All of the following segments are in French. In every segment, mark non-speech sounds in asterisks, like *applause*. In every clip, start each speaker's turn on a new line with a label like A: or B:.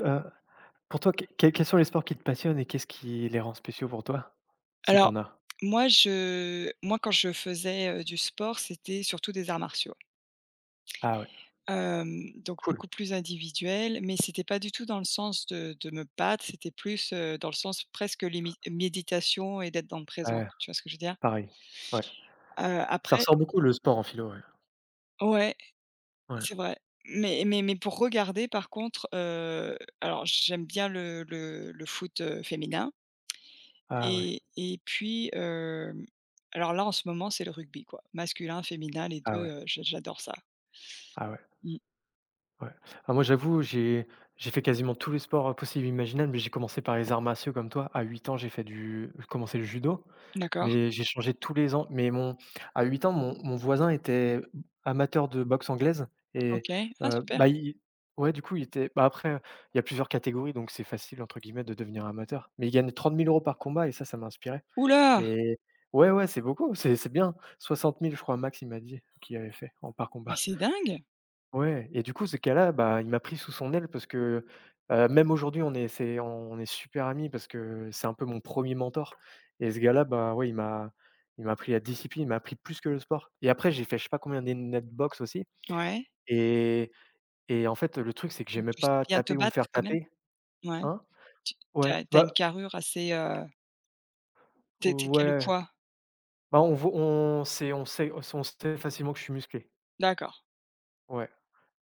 A: Heu, pour toi, quels sont les sports qui te passionnent et qu'est-ce qui les rend spéciaux pour toi? Si
B: Alors,
A: t'en as?
B: moi je moi quand je faisais, du sport, c'était surtout des arts martiaux.
A: Ah ouais,
B: Donc
A: cool.
B: beaucoup plus individuel, mais c'était pas du tout dans le sens de me battre, c'était plus, dans le sens presque limite méditation et d'être dans le présent,
A: Ouais,
B: tu vois ce que je veux dire?
A: pareil. Ouais. Ça
B: Après
A: ressort beaucoup le sport en philo, ouais.
B: ouais,
A: Ouais.
B: c'est vrai. Mais pour regarder par contre, alors j'aime bien le foot, féminin
A: Ah ouais,
B: et puis, alors là en ce moment c'est le rugby quoi, masculin, féminin les deux,
A: ah ouais,
B: je j'adore ça.
A: ah ouais.
B: Mmh.
A: Ouais. Ah moi j'avoue, j'ai fait quasiment tous les sports, possibles et imaginables, mais j'ai commencé par les arts martiaux comme toi. À 8 ans, j'ai fait du j'ai commencé le judo,
B: D'accord,
A: mais j'ai changé tous les ans. Mais mon à 8 ans, mon voisin était amateur de boxe anglaise et
B: OK. Ah super.
A: bah, il ouais, du coup, il était bah, après, il y a plusieurs catégories, donc c'est «facile» entre guillemets de devenir amateur. Mais il gagnait 30 000 euros par combat et ça m'a inspiré
B: Ouh là!
A: et ouais, ouais, c'est beaucoup, c'est bien. 60 000, je crois max, il m'a dit, qu'il avait fait en par
B: Mais
A: combat.
B: c'est dingue!
A: Ouais et du coup, ce gars-là, bah, il m'a pris sous son aile parce que, même aujourd'hui, on est super amis parce que c'est un peu mon premier mentor et ce gars-là, bah, ouais, il m'a appris la discipline, il m'a appris plus que le sport et après j'ai fait je sais pas combien d'années de netbox aussi
B: Ouais,
A: et et en fait, le truc, c'est que
B: donc
A: j'aimais
B: tu sais
A: pas
B: bien te
A: taper ou me
B: battre
A: faire
B: quand même?
A: taper.
B: Ouais.
A: Hein?
B: Tu
A: Ouais,
B: as tu as une
A: bah,
B: carrure assez, tu es quel
A: ouais,
B: poids?
A: bah, on vo on sait on sait on sait facilement que je suis musclé.
B: D'accord,
A: Ouais,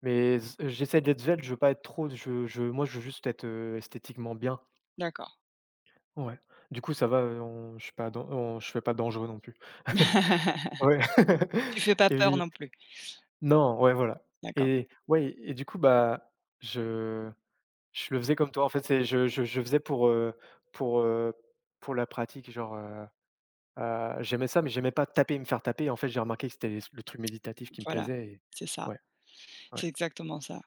A: mais z j'essaie d'être svelte, je veux pas être trop je moi, je veux juste être, esthétiquement bien.
B: d'accord.
A: Ouais. Du coup, ça va, on je suis pas dan on je fais pas dangereux non plus. *laughs*
B: *laughs*
A: Ouais.
B: Tu
A: *laughs*
B: fais pas
A: Et
B: peur
A: puis-
B: non plus?
A: non, ouais, voilà.
B: D'accord,
A: Et ouais et du coup, bah, je je le faisais comme toi, en fait, c'est je faisais pour, pour, heu, pour la pratique, genre, j'aimais ça, mais j'aimais pas taper et me faire taper. En fait, j'ai remarqué que c'était les le truc méditatif qui me
B: voilà,
A: plaisait et
B: c'est ça,
A: ouais, ouais.
B: c'est exactement ça.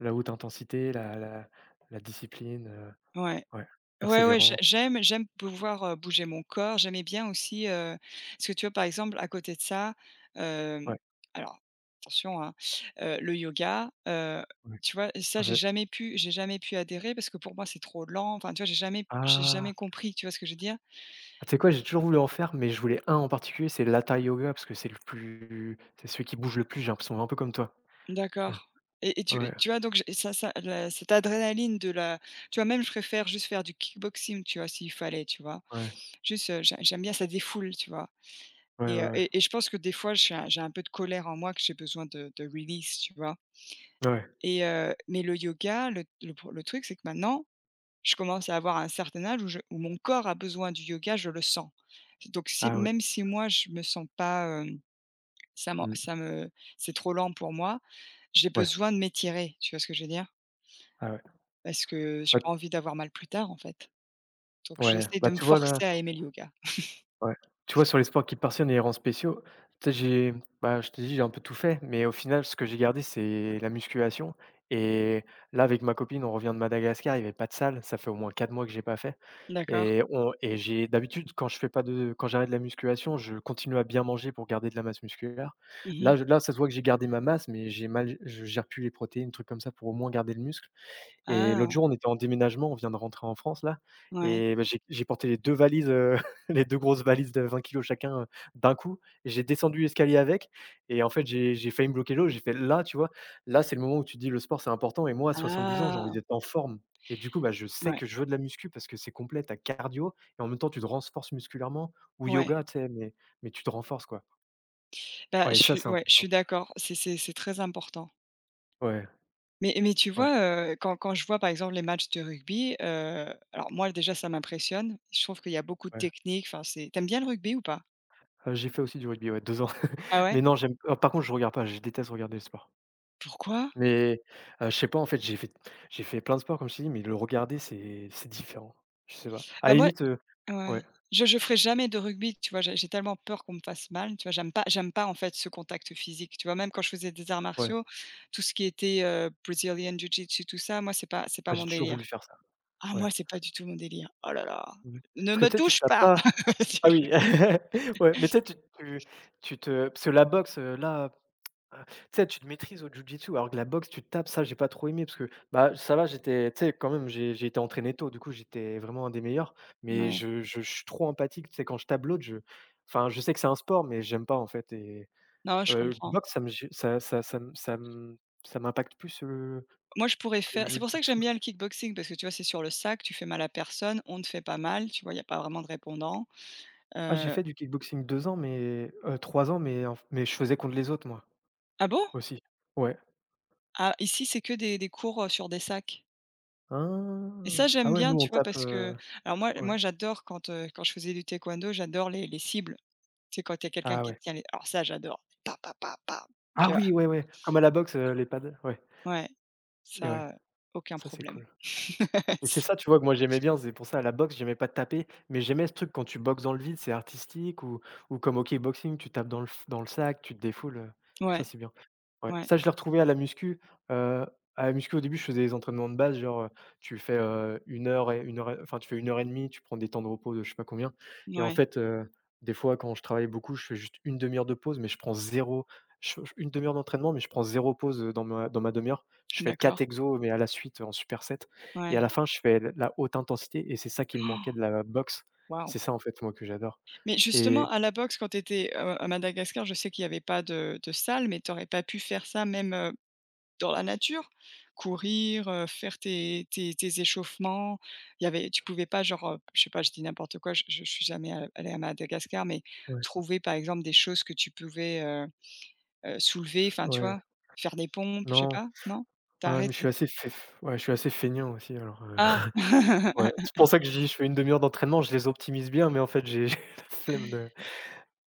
A: La haute intensité, la discipline,
B: Ouais.
A: ouais,
B: Ouais, ouais, j'ai
A: persévérance,
B: j'aime j'aime pouvoir, bouger mon corps. J'aimais bien aussi, parce que tu vois, par exemple, à côté de ça, hem,
A: ouais,
B: alors attention, hein, le yoga,
A: ouais.
B: tu vois, ça,
A: Ah je
B: j'ai jamais pu adhérer parce que pour moi, c'est trop lent. Enfin, tu vois, j'ai jamais j'ai
A: Ah!
B: jamais compris, tu vois ce que je veux dire?
A: Ah, tu sais quoi? J'ai toujours voulu en faire, mais je voulais un en particulier, c'est l'hatha yoga parce que c'est celui qui bouge le plus, j'ai l'impression, un peu comme toi, tu
B: D'accord
A: vois?
B: et tu
A: Ouais,
B: tu vois, donc j'ai ça ça la cette adrénaline de la tu vois, même je préfère juste faire du kickboxing, tu vois, s'il fallait, tu vois?
A: ouais,
B: Juste, j'aime bien, ça défoule, tu vois?
A: ouais, ouais,
B: Et heu
A: ouais,
B: et et je pense que des fois, je suis un j'ai un peu de colère en moi que j'ai besoin de release, tu vois?
A: ouais,
B: Et mais le yoga, le pro le truc, c'est que maintenant, je commence à avoir un certain âge où je où mon corps a besoin du yoga, je le sens. Donc si
A: ah ouais,
B: même si moi, je me sens pas, ça m'en
A: mmh,
B: ça me c'est trop lent pour moi, j'ai
A: ouais,
B: besoin de m'étirer, tu vois ce que je veux dire?
A: ah
B: Parce que j'ai
A: bah
B: pas envie d'avoir mal plus tard, en fait. Donc
A: ouais,
B: j'essaie de
A: bah
B: me
A: tu vois là.
B: forcer à aimer le yoga.
A: Ouais.
B: *laughs*
A: Tu vois, sur les sports qui te passionnent et les rangs spéciaux, tu sais, j'ai bah, je te dis j'ai un peu tout fait, mais au final, ce que j'ai gardé, c'est la musculation et là, avec ma copine, on revient de Madagascar, il y avait pas de salle, ça fait au moins 4 mois que j'ai pas fait
B: D'accord.
A: et j'ai d'habitude, quand je fais pas de quand j'arrête la musculation, je continue à bien manger pour garder de la masse musculaire.
B: Mmh.
A: Là, ça se voit que j'ai gardé ma masse, mais j'ai mal je gère plus les protéines, trucs comme ça, pour au moins garder le muscle et
B: Ah!
A: l'autre jour, on était en déménagement, on vient de rentrer en France là
B: Ouais.
A: et bah, j'ai porté les 2 valises, *laughs* les 2 grosses valises de 20 kg chacun, d'un coup. J'ai descendu l'escalier avec et en fait, j'ai failli me bloquer l'eau. J'ai fait là, tu vois? Là, c'est le moment où tu te dis: «Le sport, c'est important» et moi, à 70 ans, j'ai
B: Ah!
A: envie d'être en forme et du coup, bah, je sais
B: Ouais,
A: que je veux de la muscu parce que c'est complet, tu as cardio et en même temps, tu te renforces musculairement ou
B: ouais.
A: yoga, tu sais? Mais tu te renforces, quoi.
B: Bah,
A: Ouais,
B: je
A: ça,
B: suis
A: c'est
B: ouais, je
A: important.
B: suis d'accord. C'est très important.
A: Ouais,
B: Mais tu
A: ouais,
B: vois, quand quand je vois, par exemple, les matchs de rugby, alors moi, déjà, ça m'impressionne. Je trouve qu'il y a beaucoup de
A: ouais.
B: technique, enfin, c'est t'aimes bien le rugby ou pas?
A: J'ai fait aussi du rugby, ouais, 2 ans. *laughs*
B: Ah ouais?
A: Mais non, j'aime, par contre, je regarde pas, je déteste regarder le sport.
B: Pourquoi?
A: Mais, je sais pas en fait, j'ai fait plein de sports comme je t'ai dit, mais le regarder c'est différent. Je sais pas. À
B: Bah,
A: la
B: moi
A: limite,
B: ouais,
A: ouais,
B: je ferai jamais de rugby, tu vois? J'ai tellement peur qu'on me fasse mal, tu vois? J'aime pas, en fait, ce contact physique, tu vois? Même quand je faisais des arts
A: ouais.
B: martiaux, tout ce qui était, Brazilian Jiu-Jitsu, tout ça, moi, c'est pas c'est
A: Ah
B: pas
A: j'ai
B: mon
A: toujours voulu
B: délire.
A: faire ça.
B: Ah,
A: Ouais.
B: moi, c'est pas du tout mon délire. Oh là là!
A: Ouais.
B: Ne
A: Parce que
B: me
A: tu sais, tu
B: touche
A: tapes
B: pas!
A: pas. Ah
B: *laughs*
A: oui, *laughs* ouais, mais tu sais, tu tu tu te parce que la boxe, là, heu, tu sais, tu te maîtrises au jiu-jitsu alors que la boxe, tu te tapes, ça j'ai pas trop aimé parce que, bah, ça va, j'étais tu sais, quand même, j'ai été entraîné tôt, du coup, j'étais vraiment un des meilleurs, mais
B: Ouais.
A: je suis trop empathique, tu sais, quand je tape l'autre, je enfin, je sais que c'est un sport, mais j'aime pas en fait et
B: Non, je
A: Le
B: comprends.
A: box ça me gé ça ça ça me ça me ça m'impacte plus,
B: Moi, je pourrais
A: que le
B: faire c'est pour ça que j'aime
A: jujutsu.
B: bien le kickboxing parce que tu vois, c'est sur le sac, tu fais mal à personne, on ne fait pas mal, tu vois? Il n'y a pas vraiment de répondant,
A: Ah, j'ai
B: heu
A: fait du kickboxing 2 ans, mais 3 ans, mais en mais je faisais contre les autres moi,
B: ah bon?
A: aussi. Ouais.
B: Ah, ici, c'est que des cours, sur des sacs
A: Ah!
B: et ça,
A: Ah
B: j'aime
A: ouais,
B: bien,
A: nous
B: tu
A: on
B: vois?
A: tape,
B: Parce que alors moi,
A: ouais.
B: j'adore quand, quand je faisais du taekwondo, j'adore les cibles. Tu sais, quand il y a quelqu'un
A: Ah
B: qui
A: ouais.
B: te tient les alors ça, j'adore. Pa pa pa pa, tu
A: Ah
B: vois?
A: oui, ouais, ouais, comme à la boxe, les pads. Ouais
B: Ouais,
A: et ouais,
B: ça, aucun
A: ça c'est
B: problème.
A: cool. Et c'est ça,
B: *laughs*
A: tu vois, que moi j'aimais bien, c'est pour ça, à la boxe, j'aimais pas taper, mais j'aimais ce truc quand tu boxes dans le vide, c'est artistique ou comme au kickboxing, tu tapes dans le f dans le sac, tu te défoules,
B: Ouais,
A: ça c'est bien. Ouais,
B: ouais,
A: ça je l'ai retrouvé heu, à la muscu au début, je faisais des entraînements de base, genre, tu fais, 1 heure et enfin tu fais une heure et demie, tu prends des temps de repos de je sais pas combien et en
B: ouais,
A: fait, des fois quand je travaillais beaucoup, je fais juste une demi heure de pause, mais je prends zéro, je f 1/2 d'entraînement, mais je prends zéro pause, dans ma demi heure je fais
B: d'accord,
A: 4 exos, mais à la suite, en superset et
B: ouais.
A: à la fin, je fais l la haute intensité et c'est ça qui me manquait
B: *gasps*
A: de la boxe.
B: Waouh!
A: C'est ça, en fait, moi, que j'adore
B: Mais justement,
A: et
B: à la boxe, quand tu étais, à Madagascar, je sais qu'il y avait pas de salle, mais tu aurais pas pu faire ça même, dans la nature? Courir, faire tes échauffements? Il y avait tu pouvais pas genre, je sais pas, je dis n'importe quoi, je suis jamais a allée à Madagascar, mais
A: ouais,
B: trouver par exemple des choses que tu pouvais, soulever, enfin tu
A: ouais,
B: vois? Faire des pompes, je sais
A: non,
B: pas, non? Tu
A: ouais, mais je suis
B: arrêté?
A: assez fef ouais, je suis assez feignant aussi alors,
B: Ah!
A: *laughs* ouais,
B: *laughs*
A: c'est pour ça que je dis je fais une demi heure d'entraînement, je les optimise bien, mais en fait, j'ai *laughs* j'ai la flemme de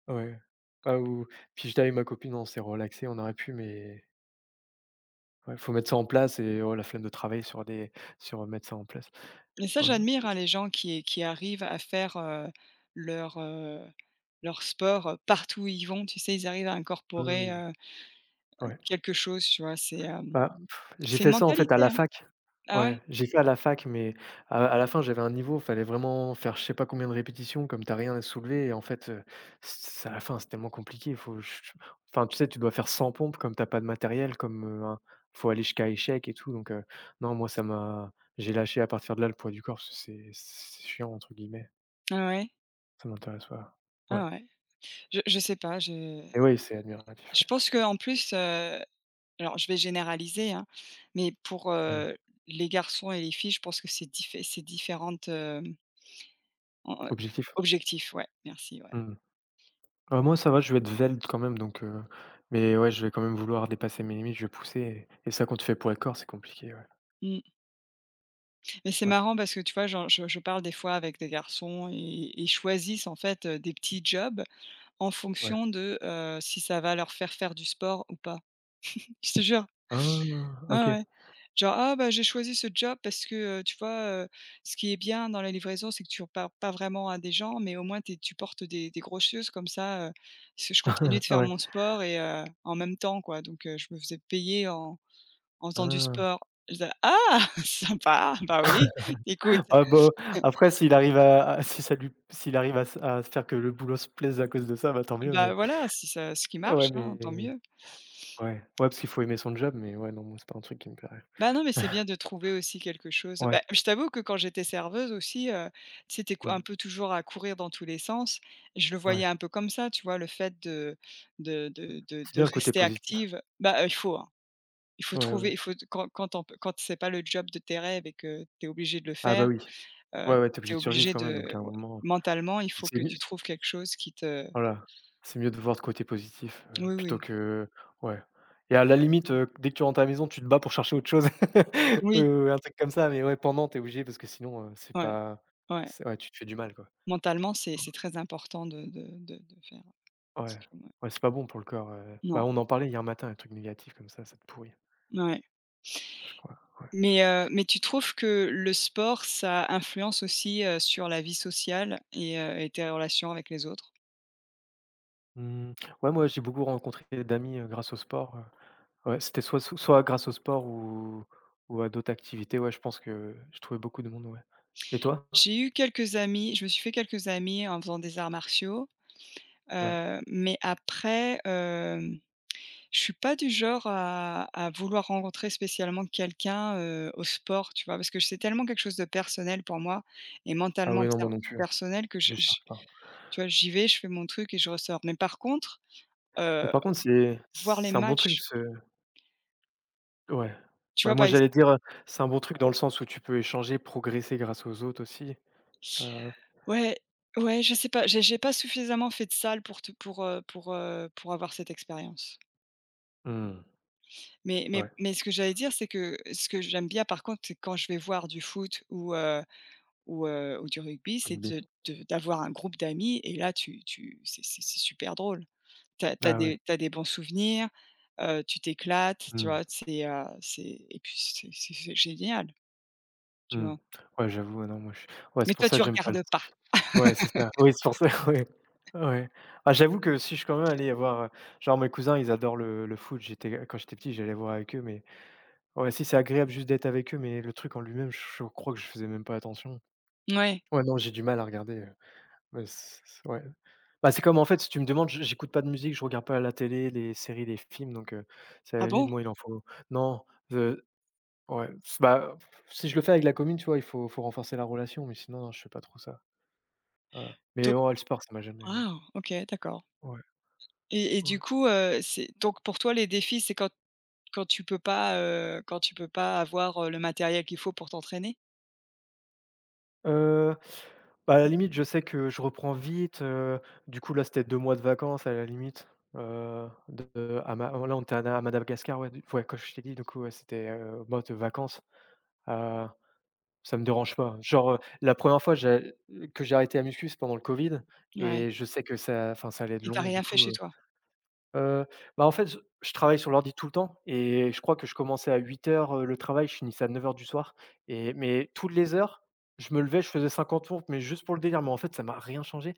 A: ouais. Ah ou puis j'étais avec ma copine, on s'est relaxé, on aurait pu, mais ouais, faut mettre ça en place et oh, la flemme de travailler sur mettre ça en place.
B: Et ça,
A: Ouais.
B: j'admire, hein, les gens qui arrivent à faire, leur, leur sport, partout où ils vont, tu sais? Ils arrivent à incorporer,
A: Mmh, ouais.
B: quelque chose, tu vois? C'est,
A: Bah, pff, j'ai
B: c'est une
A: fait ça, en fait, à
B: mentalité,
A: la
B: hein.
A: fac.
B: Ah ouais?
A: Ouais, j'ai fait à la fac, mais à la fin, j'avais un niveau, fallait vraiment faire je sais pas combien de répétitions, comme t'as rien à soulever et en fait, c à la fin, c'est tellement compliqué, faut ch ch enfin, tu sais, tu dois faire 100 pompes comme t'as pas de matériel, comme, un faut aller jusqu'à échec et tout donc non, moi, ça m'a j'ai lâché à partir de là le poids du corps parce que c'est «chiant» entre guillemets,
B: Ah ouais?
A: ça m'intéresse pas. Ouais.
B: Ah ouais. Je sais pas,
A: Et oui, c'est admiratif,
B: je
A: ouais.
B: pense que en plus, alors je vais généraliser, hein, mais pour,
A: Mmh.
B: les garçons et les filles, je pense que c'est diffé c'est différentes, en,
A: Objectif.
B: objectifs, ouais, merci, ouais.
A: Mmh. Ah, moi, ça va, je vais être veld quand même, donc mais ouais, je vais quand même vouloir dépasser mes limites, je vais pousser et ça, quand tu fais pour le corps, c'est compliqué, ouais.
B: Mmh. Mais c'est
A: Ouais,
B: marrant parce que tu vois, genre, je parle des fois avec des garçons et ils choisissent en fait, des petits jobs en
A: ouais.
B: fonction de, si ça va leur faire faire du sport ou pas. Je te jure.
A: Ah!
B: Ouais,
A: OK.
B: ouais. Genre: «Ah bah, j'ai choisi ce job parce que, tu vois, ce qui est bien dans la livraison, c'est que tu parles pas vraiment à des gens, mais au moins tu portes des grosseuses comme ça, ce je continue de
A: *laughs*
B: faire
A: Ouais.
B: mon sport et en même temps quoi, donc je me faisais payer en en faisant du
A: Ah!
B: sport». Je disais: «Ah! *laughs* Sympa, bah oui, écoute».
A: Ah bah, après s'il arrive à si ça lui s'il arrive à s à se faire que le boulot se plaise à cause de ça, bah, tant mieux,
B: Bah,
A: mais
B: voilà, si ça ce qui
A: ouais,
B: marche, hein, tant
A: mais
B: mieux.
A: ouais. Ouais, parce qu'il faut aimer son job, mais ouais, non, moi, c'est pas un truc qui me plairait.
B: Bah, non, mais c'est bien de trouver aussi quelque chose.
A: Ouais.
B: Bah, je t'avoue que quand j'étais serveuse aussi, tu sais, tu cou
A: Mmh.
B: un peu toujours à courir dans tous les sens. Je le voyais
A: Ouais.
B: un peu comme ça, tu vois? Le fait de de de de
A: C'est
B: de
A: bien le côté
B: rester
A: positif.
B: active, bah, il faut, hein. Il faut
A: Ouais, ouais.
B: trouver, il faut quand quand on peut quand c'est pas le job de tes rêves et que tu es obligée de le
A: Ah bah,
B: faire,
A: oui.
B: heu,
A: Ouais, ouais, tu es
B: tu
A: obligé
B: es
A: de survivre
B: obligée
A: quand même, donc
B: de
A: à un
B: ouais,
A: moment,
B: mentalement, il
A: puis
B: faut
A: c'est
B: que
A: mieux
B: tu trouves quelque chose qui te
A: voilà, c'est mieux de voir le côté positif,
B: oui,
A: plutôt
B: oui.
A: que. Ouais et à la limite, dès que tu rentres à la maison, tu te bats pour chercher autre chose. *laughs* Oui, oui,
B: Oui,
A: oui, un truc comme ça, mais ouais, pendant, t'es obligé parce que sinon, c'est
B: ouais,
A: pas,
B: ouais.
A: c'est ouais, tu te fais du mal, quoi.
B: Mentalement, c'est très important de faire,
A: Ouais,
B: que ouais.
A: ouais, c'est pas bon pour le corps,
B: Non,
A: bah, on en parlait hier matin, un truc négatif comme ça te pourrit,
B: ouais.
A: je crois.
B: Mais mais tu trouves que le sport, ça influence aussi, sur la vie sociale et tes relations avec les autres?
A: Mmh, ouais, moi, j'ai beaucoup rencontré d'amis, grâce au sport, ouais, c'était soit soit grâce au sport ou à d'autres activités, ouais, je pense que je trouvais beaucoup de monde, ouais et toi?
B: J'ai eu quelques amis je me suis fait quelques amis en faisant des arts martiaux,
A: Ouais.
B: mais après, je suis pas du genre à vouloir rencontrer spécialement quelqu'un, au sport, tu vois? Parce que c'est tellement quelque chose de personnel pour moi et
A: Ah
B: mentalement
A: ouais, non,
B: per
A: moi non plus, hein,
B: personnel que je
A: je cherche pas.
B: tu vois, j'y vais, je fais mon truc et je ressors. Mais par contre,
A: Mais
B: heu,
A: par contre, c'est
B: voir les
A: c'est un bon truc
B: matchs,
A: parce que ouais.
B: tu
A: Ouais,
B: vois, par
A: moi,
B: exemple
A: j'allais dire, c'est un bon truc dans le sens où tu peux échanger, progresser grâce aux autres aussi, heu
B: ouais, ouais, je sais pas, j'ai pas suffisamment fait de salle pour te pour avoir cette expérience.
A: mmh,
B: Mais mais
A: ouais,
B: mais ce que j'allais dire, c'est que ce que j'aime bien, par contre, c'est quand je vais voir du foot ou du rugby, c'est
A: rugby.
B: de d'avoir un groupe d'amis et là, tu tu c'est super drôle. T'as as
A: Ah ouais.
B: des tu des bons souvenirs, tu t'éclates, tu
A: Mmh,
B: vois? C'est et puis c'est génial, tu
A: mmh.
B: vois?
A: Ouais, j'avoue, ouais, non, moi, je ouais,
B: Mais
A: c'est pour
B: toi,
A: ça
B: tu
A: que j'aime pas le
B: regardes pas?
A: s ouais, c'est ça. Oui, c'est pour ça, *laughs* ouais. Ouais. Ah, j'avoue que si je suis quand même allé voir, genre mes cousins, ils adorent le foot. J'étais Quand j'étais petit, j'allais voir avec eux, mais ouais, si, c'est agréable juste d'être avec eux, mais le truc en lui-même, je crois que je faisais même pas attention.
B: Ouais.
A: Ouais, non, j'ai du mal à regarder, ouais, c c ouais. Bah, c'est comme, en fait, si tu me demandes, j'écoute pas de musique, je regarde pas la télé, les séries, les films, donc c'est à
B: Ah
A: la limite,
B: bon?
A: moi, il en faut non, heu, ouais, bah, si je le fais avec la commune, tu vois, il faut renforcer la relation, mais sinon, non, je fais pas trop ça. Voilà. Mais
B: Donc
A: bon, ouais, le sport, ça m'a jamais.
B: waouh, OK, d'accord
A: Ouais,
B: et du
A: ouais.
B: coup, c'est donc pour toi, les défis, c'est quand quand tu peux pas, quand tu peux pas avoir, le matériel qu'il faut pour t'entraîner?
A: Heu, bah, à la
B: Mmh.
A: limite, je sais que je reprends vite, du coup, là, c'était 2 mois de vacances, à la limite, de à ma là, on était à Madagascar, ouais, d ouais, comme je t'ai dit, du coup, ouais, c'était, mode vacances, heu Ça me dérange pas. Genre, la première fois j'a que j'ai arrêté la muscu, c'est pendant le Covid
B: Ouais
A: et je sais que ça enfin, ça allait être
B: et t'as
A: long
B: rien
A: du
B: fait
A: coup,
B: chez toi?
A: heu, bah, en fait, je travaille sur l'ordi tout le temps et je crois que je commençais à 8h, le travail, je finissais à 9 heures du soir et mais toutes les heures, je me levais, je faisais 50 pompes, mais juste pour le délire, mais en fait, ça m'a rien changé.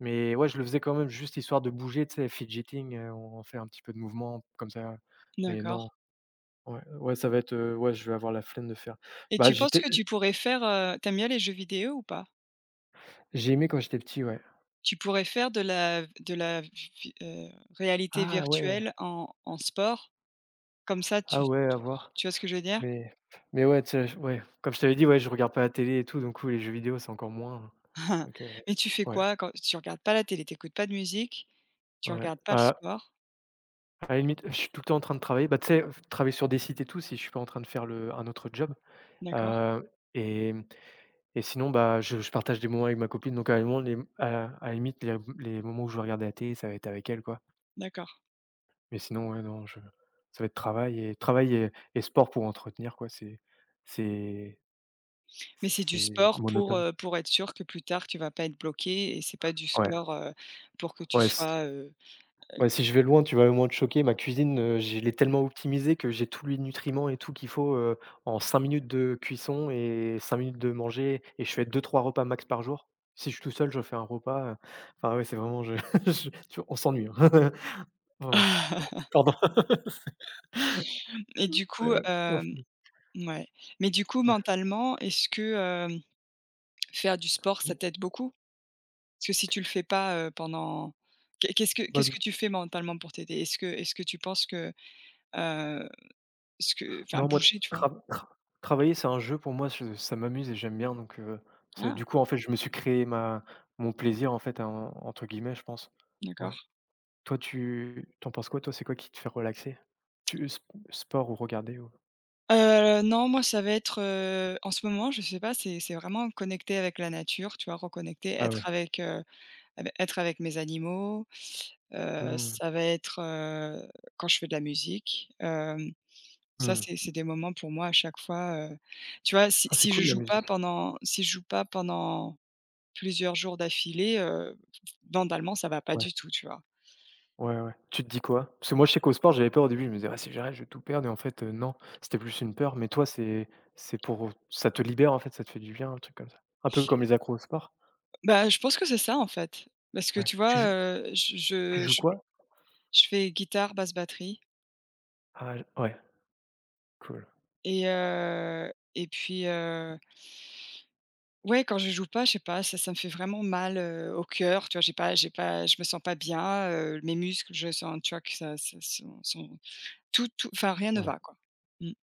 A: Mais ouais, je le faisais quand même juste histoire de bouger, tu sais, fidgeting, on fait un petit peu de mouvement comme ça, mais
B: D'accord
A: non, ouais, ouais, ça va être, ouais, je vais avoir la flemme de faire.
B: et
A: Bah,
B: tu penses que tu pourrais faire, tu bien les jeux vidéo ou pas?
A: j'ai aimé quand j'étais petit, ouais.
B: Tu pourrais faire de la vi réalité
A: Ah ouais!
B: virtuelle en en sport? Comme ça,
A: Ah
B: tu
A: ouais, à voir.
B: tu vois ce que je veux dire?
A: Mais mais ouais, tu sais, je ouais, comme je t'avais dit, ouais, je regarde pas la télé et tout, donc oui, les jeux vidéo, c'est encore moins.
B: *laughs*
A: OK, ouais.
B: Mais tu fais
A: Ouais,
B: quoi quand tu regardes pas la télé, t'écoutes pas de musique, tu
A: ouais.
B: regardes pas le
A: Bah,
B: sport?
A: à la limite, je suis tout le temps en train de travailler. Bah, tu sais, travailler sur des sites et tout, si je suis pas en train de faire le un autre job,
B: D'accord,
A: heu et mmh et sinon, bah, je partage des moments avec ma copine, donc à un moment, les à la limite, les moments où je vais regarder la télé, ça va être avec elle, quoi.
B: d'accord.
A: Mais sinon, ouais, non, je ça va être travail et travail et sport pour entretenir, quoi. C'est
B: Mais c'est du
A: c'est
B: sport
A: monotone.
B: pour être sûr que plus tard tu vas pas être bloqué et c'est pas du
A: Ouais.
B: sport, pour que tu
A: Ouais, s
B: sois,
A: ouais, si je vais loin, tu vas au moins te choquer. Ma cuisine, je l'ai tellement optimisée que j'ai tous les nutriments et tout qu'il faut, en 5 minutes de cuisson et 5 minutes de manger et je fais deux, trois repas max par jour. Si je suis tout seul, je fais un repas, enfin, ouais, c'est vraiment je *laughs* je tu on s'ennuie, hein. *laughs* Vraiment.
B: *laughs*
A: Pardon, *laughs*
B: et du
A: c'est
B: coup,
A: ouais, on s'ennuie.
B: mouais. Mais du coup,
A: Ouais.
B: mentalement, est-ce que, faire du sport, ça t'aide beaucoup? Parce que si tu le fais pas, pendant qu'est qu'est-ce que
A: Bah,
B: qu'est-ce
A: du
B: que tu fais mentalement pour t'aider? Est-ce que tu penses que, heu, ce que enfin
A: non, moi,
B: bouger, tu vois?
A: tra tra travailler, c'est un jeu pour moi, je ça m'amuse et j'aime bien donc c'est
B: Ah,
A: du coup, en fait, je me suis créé ma mon «plaisir», en fait, en entre guillemets, je pense. Ouais.
B: d'accord.
A: Toi, tu t'en penses quoi toi? C'est quoi qui te fait relaxer? Tu sp sport ou regarder ou
B: Non, moi, ça va être, en ce moment, je sais pas, c'est vraiment connecter avec la nature, tu vois? Reconnecter,
A: ah
B: être
A: ouais.
B: avec, ave être avec mes animaux,
A: Mmh.
B: ça va être, quand je fais de la musique, ça,
A: Mmh.
B: c'est des moments pour moi à chaque fois, tu vois? Si
A: Ah, c'est
B: si je
A: cool la
B: joue pas
A: musique.
B: pendant si je joue pas pendant plusieurs jours d'affilée, mentalement, ça va pas
A: Ouais.
B: du tout, tu vois?
A: Ouais, ouais. Tu te dis quoi? Parce que moi je sais qu'au sport j'avais peur au début, je me disais: «Ah si j'arrête je vais tout perdre» et en fait, non, c'était plus une peur, mais toi c'est pour, ça te libère en fait, ça te fait du bien, un truc comme ça? Un peu comme les accros au sport?
B: Bah, je pense que c'est ça, en fait. Parce que
A: Ouais.
B: tu vois, je
A: Tu
B: je
A: joues
B: je
A: quoi?
B: je fais guitare, basse, batterie
A: Ah ouais, cool.
B: et puis, ouais, quand je joue pas, je sais pas, ça me fait vraiment mal, au cœur, tu vois? J'ai pas je me sens pas bien, mes muscles, je sens, tu vois, que ça sont sont tout tout enfin rien ne
A: Ouais.
B: va, quoi. Mmh.